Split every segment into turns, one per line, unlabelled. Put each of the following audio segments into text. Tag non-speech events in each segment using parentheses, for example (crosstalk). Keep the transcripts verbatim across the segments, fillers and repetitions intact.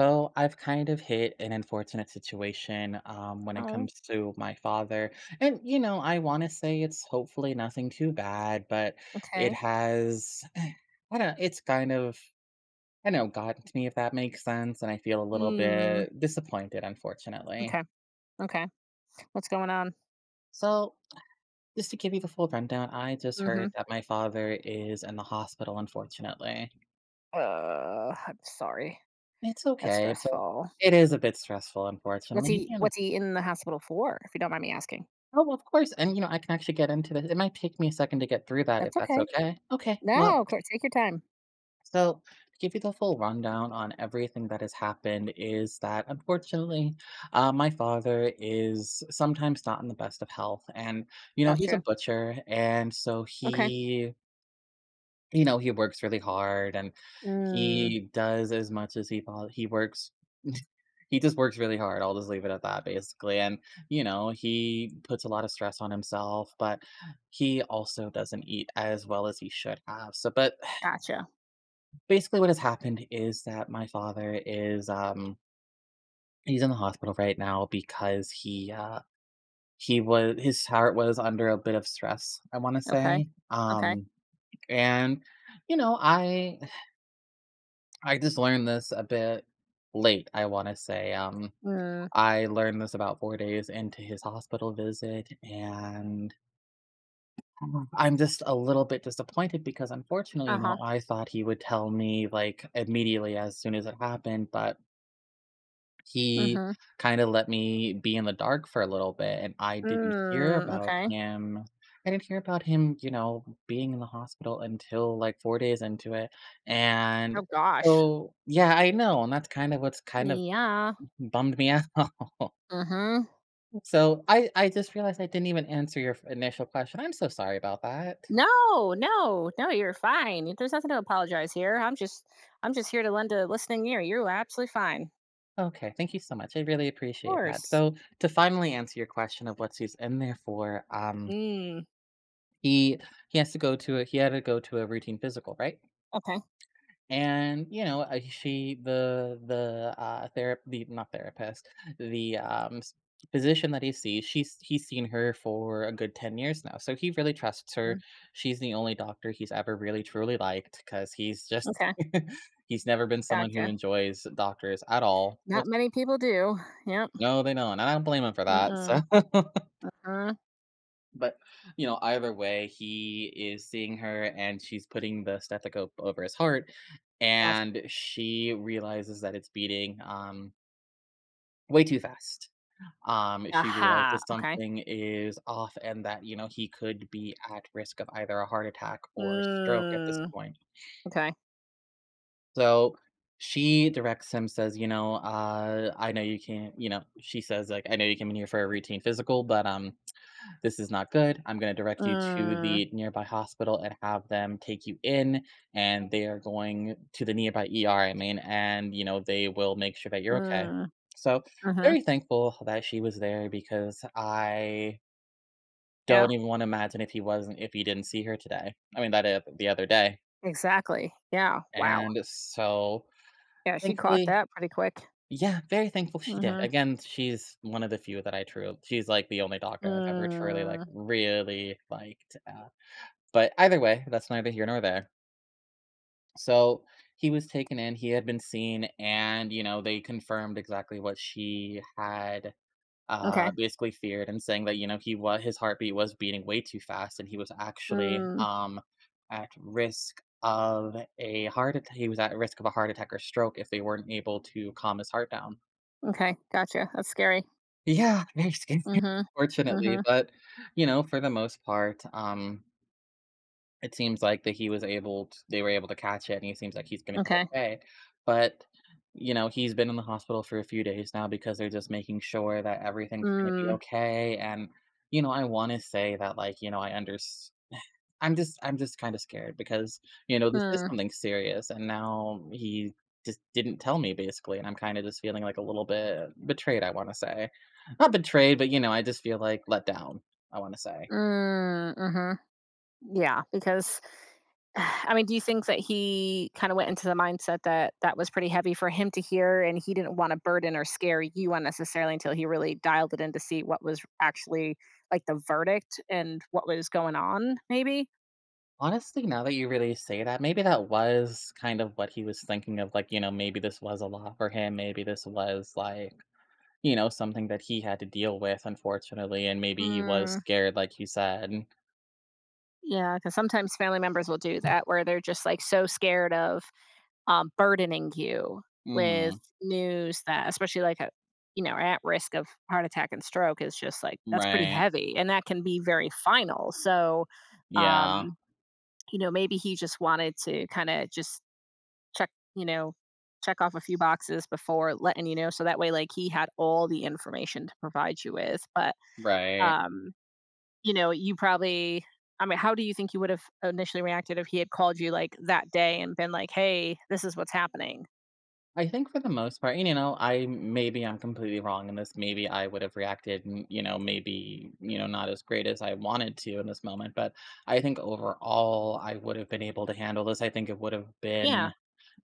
So I've kind of hit an unfortunate situation, um, when it
Oh,
comes to my father. And, you know, I want to say it's hopefully nothing too bad, but it
okay.
has, (sighs) I don't know, it's kind of, I don't know, gotten to me, if that makes sense. And I feel a little
Mm,
bit disappointed, unfortunately.
okay, okay. What's going on?
So just to give you the full rundown, I just
Mhm.
heard that my father is in the hospital, unfortunately.
Uh, I'm sorry.
It's
That's
okay, but
stressful.
it is a bit stressful,
What's
unfortunately.
he
You know,
what's he in the hospital for, if you don't mind me asking?
oh, of course, and, you know, I can actually get into this. It might take me a second to get through that if
That's
that's
okay.
okay. Okay, well,
No, of course, take your time.
so to give you the full rundown on everything that has happened is that, unfortunately, uh, my father is sometimes not in the best of health, and, you know, he's a
Gotcha.
butcher, and so
Okay.
he, you know, he works really hard and
Mm,
he does as much as he po he works (laughs) he just works really hard, I'll just leave it at that, basically, and, you know, he puts a lot of stress on himself, but he also doesn't eat as well as he should have, so but
gotcha.
(sighs) basically what has happened is that my father is, um he's in the hospital right now because he, uh he was his heart was under a bit of stress, I wanna
Okay.
say,
Okay.
um, and, you know, I I just learned this a bit late, I wanna say, um,
Mm,
I learned this about four days into his hospital visit, and (sighs) I'm just a little bit disappointed because, unfortunately, you
uh-huh.
know, I thought he would tell me, like, immediately as soon as it happened, but he
Mhm.
kinda let me be in the dark for a little bit, and I
Mm,
didn't hear
hmm. Mm,
about
okay.
him I didn't hear about him, you know, being in the hospital until, like, four days into it,
Oh
and
gosh.
so yeah, I know, and that's kind of what's kind of
Yeah.
bummed me out. (laughs)
Mhm.
So I I just realized I didn't even answer your f initial question. I'm so sorry about that.
No, no, no, you're fine. There's nothing to apologize here. I'm just I'm just here to lend a listening ear. You're absolutely fine.
Okay, thank you so much. I really
Of
appreciate that.
course.
So to finally answer your question of what's he's in there for, um,
Mm.
he he has to go to a he had to go to a routine physical, right?
Okay.
And, you know, uh, she the the, uh, thera the not therapist, the, um, s physician that he sees, she's he's seen her for a good ten years now, so he really trusts her.
Mm,
She's the only doctor he's ever really truly liked, because he's just
okay.
(laughs) he's never been someone who
Gotcha.
enjoys doctors at all,
Not
which
many people do. Yep.
no, they don't, and I don't blame him for that, so
Mm-mm.
(laughs)
Uh-huh.
But, you know, either way, he is seeing her and she's putting the stethoscope over his heart,
Gotcha.
and she realizes that it's beating, um, way too fast. Um, she
Aha.
realizes
Okay.
something is off and that, you know, he could be at risk of either a heart attack or stroke at this
Mm.
point.
Okay.
So she directs him, says, you know, uh, I know you can't, you know, she says, like, I know you came in here for a routine physical, but, um, this is not good. I'm going to direct you to
Mm.
the nearby hospital and have them take you in. And they are going to the nearby E R, I mean, and, you know, they will make sure that you're okay.
Mm.
So,
Mm-hmm.
very thankful that she was there because I
Yeah.
don't even want to imagine if he wasn't, if he didn't see her today. I mean, that is the other day.
Exactly. Yeah. Wow.
And so,
Yeah, she caught
thankfully,
that pretty quick.
yeah, very thankful she did.
Mm-hmm.
Again, she's one of the few that I truly, she's like the only doctor I've ever truly, like,
Mm.
really liked. But either way, that's neither here nor there. So he was taken in, he had been seen, and, you know, they confirmed exactly what she had,
Okay.
uh, basically feared and saying that, you know, he was his heartbeat was beating way too fast and he was actually,
Mm.
um, at risk of a heart attack. He was at risk of a heart attack or stroke if they weren't able to calm his heart down.
Okay. Gotcha. That's scary.
Yeah, very scary.
Mhm.
(laughs) Fortunately,
Mhm.
but you know, for the most part, um, it seems like that he was able t they were able to catch it, and he seems like he's gonna be
Okay.
okay, but, you know, he's been in the hospital for a few days now because they're just making sure that everything's gonna be
Mm.
okay, and, you know, I wanna say that, like, you know, I under I'm just I'm just kinda scared because, you know, this is
Mm.
something serious, and now he just didn't tell me, basically, and I'm kinda just feeling, like, a little bit betrayed, I wanna say. Not betrayed, but, you know, I just feel, like, let down, I wanna say.
Mm. Mhm. Yeah, because (sighs) I mean, do you think that he kind of went into the mindset that that was pretty heavy for him to hear and he didn't want to burden or scare you unnecessarily until he really dialed it in to see what was actually like the verdict and what was going on, maybe?
Honestly, now that you really say that, maybe that was kind of what he was thinking of. Like, you know, maybe this was a lot for him. Maybe this was like, you know, something that he had to deal with, unfortunately. And maybe he was
Mm.
scared, like you said.
Yeah, because sometimes family members will do that where they're just like so scared of um, burdening you with
Hmm.
news that, especially like a, you know, at risk of heart attack and stroke is just like that's pretty
Right.
heavy, and that can be very final. So,
Yeah.
um, you know, maybe he just wanted to kind of just check, you know, check off a few boxes before letting you know, so that way, like he had all the information to provide you with. But,
Right.
um, you know, you probably. I mean, how do you think you would have initially reacted if he had called you like that day and been like, "Hey, this is what's happening"?
I think for the most part, and, you know, I maybe I'm completely wrong in this. Maybe I would have reacted, and, you know, maybe, you know, not as great as I wanted to in this moment. But I think overall, I would have been able to handle this. I think it would have
Yeah,
been,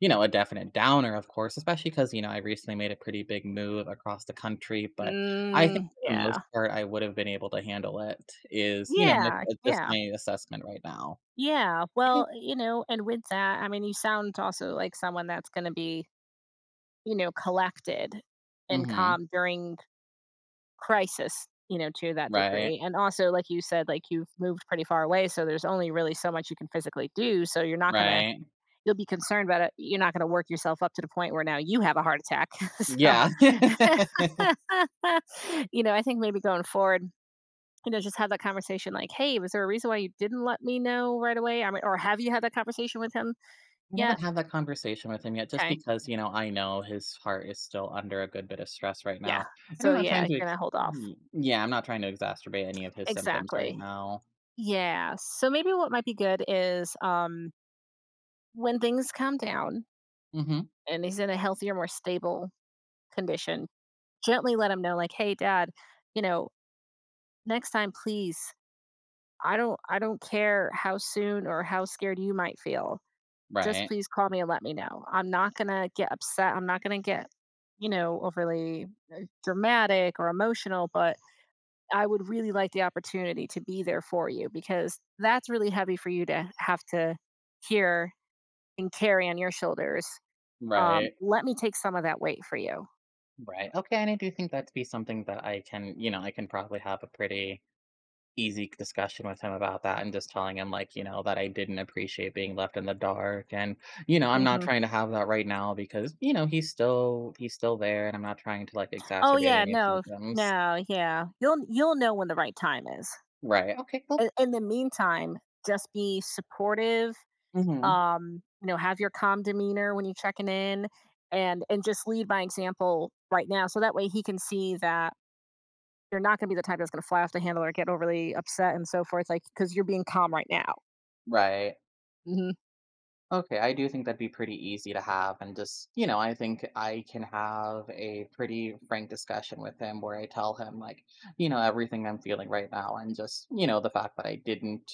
you know, a definite downer, of course, especially because you know, I recently made a pretty big move across the country, but I think
mm.
for the
Yeah.
most part, I would have been able to handle it is, you know, my
Yeah.
uh, just
Yeah.
my assessment right now.
Yeah.
Yeah.
Well, you know, and with that, I mean, you sound also like someone that's going to be, you know, collected and
Mhm.
calm during crisis, you know, to that
Right.
degree. And also, like you said, like you've moved pretty far away. So there's only really so much you can physically do. So you're not going to,
Right.
you'll be concerned about it. You're not going to work yourself up to the point where now you have a heart attack. (laughs) So,
Yeah.
(laughs)
(laughs)
you know, I think maybe going forward, you know, just have that conversation like, hey, was there a reason why you didn't let me know right away? I mean, or have you had that conversation with him
I
yet?
haven't had that conversation with him yet just
Okay.
because, you know, I know his heart is still under a good bit of stress right
Yeah.
now. And
So,
I'm not
yeah,
trying
you're
to
going to
ex
hold off.
Y yeah, I'm not trying to exacerbate any of his symptoms right
Exactly.
now.
Yeah. So, maybe what might be good is um, when things calm down
Mhm.
and he's in a healthier, more stable condition, gently let him know, like, hey, dad, you know, next time, please. I don't I don't care how soon or how scared you might feel just
Right.
please call me and let me know. I'm not going to get upset. I'm not going to get, you know, overly dramatic or emotional, but I would really like the opportunity to be there for you because that's really heavy for you to have to hear and carry on your shoulders. Um,
Right.
let me take some of that weight for you.
Right. Okay. And I do think that'd be something that I can, you know, I can probably have a pretty easy discussion with him about that and just telling him, like, you know, that I didn't appreciate being left in the dark. And, you know, I'm not
Hmm.
trying to have that right now because, you know, he's still, he's still there and I'm not trying to like
Oh
exacerbate
yeah,
any of
no,
symptoms.
no, yeah. You'll you'll know when the right time is.
Right. Okay. Cool.
In, in the meantime, just be supportive,
Hmm.
um, you know, have your calm demeanor when you're checking in, and and just lead by example right now. So that way he can see that you're not going to be the type that's going to fly off the handle or get overly upset and so forth, like because you're being calm right now.
Right.
Mm-hmm.
Okay, I do think that'd be pretty easy to have and just, you know, I think I can have a pretty frank discussion with him where I tell him like, you know, everything I'm feeling right now and just, you know, the fact that I didn't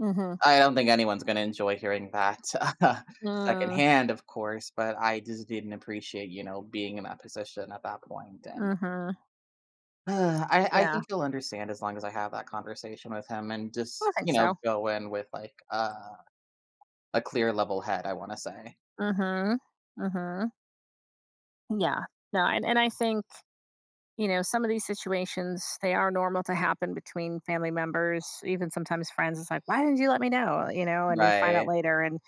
Mm-hmm.
I don't think anyone's going to enjoy hearing that (laughs)
Mm,
secondhand, of course, but I just didn't appreciate, you know, being in that position at that point and
mm-hmm.
(sighs) uh, I, I
Yeah.
think he'll understand as long as I have that conversation with him and just,
I think
you
so.
know, go in with like, uh, a clear level head, I want to say.
Mm-hmm. Mm-hmm. Yeah. No, and, and I think, you know, some of these situations, they are normal to happen between family members, even sometimes friends. It's like, why didn't you let me know? You know, and you find out
Right.
later, and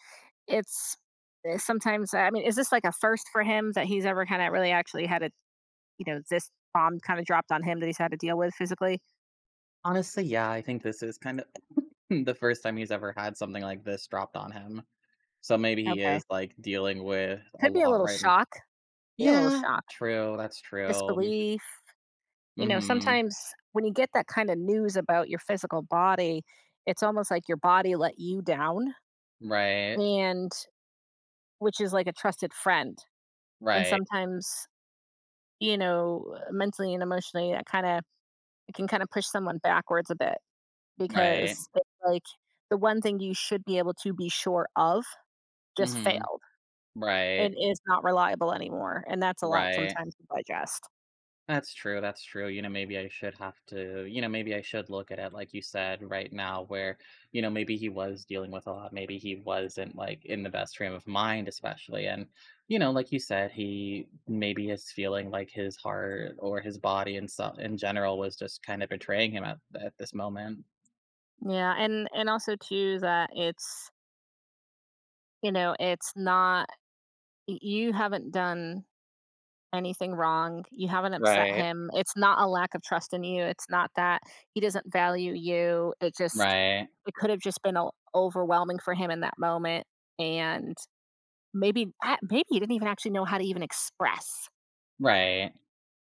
it's, eh, sometimes, I mean, is this like a first for him that he's ever kinda really actually had a, you know, this bomb kinda dropped on him that he's had to deal with physically?
Honestly, yeah, I think this is kind of (laughs) the first time he's ever had something like this dropped on him. So maybe he
Okay.
is like dealing with a
Could be a
lot
little
right n
shock. Be a little
yeah,
shock.
true, that's true.
Disbelief. You know,
Mhm,
sometimes when you get that kinda news about your physical body, it's almost like your body let you down
right,
and, which is like a trusted friend. And
right,
sometimes, you know, mentally and emotionally, that kinda it can kinda push someone backwards a bit, because
right,
it's like the one thing you should be able to be sure of just
mhm,
failed
right,
and is not reliable anymore. And that's a lot
right.
sometimes to digest.
That's true, that's true, you know, maybe I should have to you know, maybe I should look at it, like you said, right now where, you know, maybe he was dealing with a lot, maybe he wasn't, like, in the best frame of mind especially, and, you know, like you said, he maybe is feeling like his heart or his body and so in general was just kind of betraying him at at this moment.
Yeah. And and also too that it's, you know, it's not, y- you haven't done anything wrong. You haven't upset
Right.
him. It's not a lack of trust in you. It's not that he doesn't value you. It just
Right,
it could have just been o- overwhelming for him in that moment, and maybe, ah, maybe he didn't even actually know how to even express
right.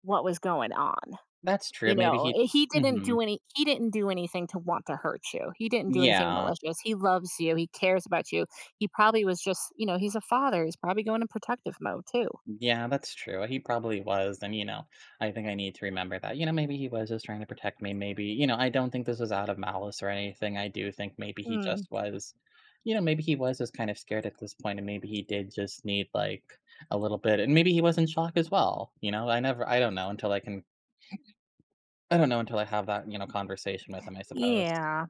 what was going on,
That's true,
you
maybe
know?
he
Eh, he didn't
mhm,
do any he didn't do anything to want to hurt you. He didn't do anything
yeah.
malicious. He loves you, he cares about you. He probably was just, you know, he's a father, he's probably going in protective mode too.
Yeah, that's true. He probably was, and, you know, I think I need to remember that. You know, maybe he was just trying to protect me, maybe you know, I don't think this was out of malice or anything, I do think maybe he
Mm,
just was you know, maybe he was just kind of scared at this point, and maybe he did just need, like, a little bit and maybe he was in shock as well, you know? I never I don't know until I can I don't know until I have that, you know, conversation with him, I suppose.
yeah,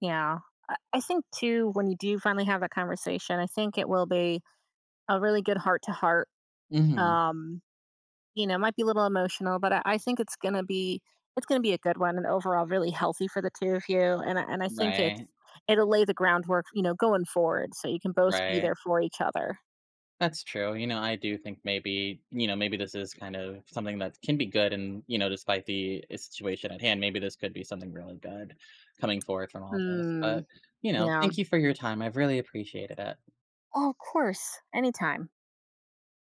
yeah. I I think too, when you do finally have that conversation, I think it will be a really good heart to heart.
Mhm.
Um You know, might be a little emotional, but I, I think it's gonna be it's gonna be a good one and overall really healthy for the two of you. And I- and I think it's
Right.
it'll lay the groundwork, you know, going forward, so you can both be
Right.
there for each other.
That's true. You know, I do think maybe, you know, maybe this is kind of something that can be good. And, you know, despite the, uh, situation at hand, maybe this could be something really good coming forward from all this.
Hmm.
But, you know,
Yeah.
thank you for your time. I've really appreciated it.
Oh, of course. Anytime.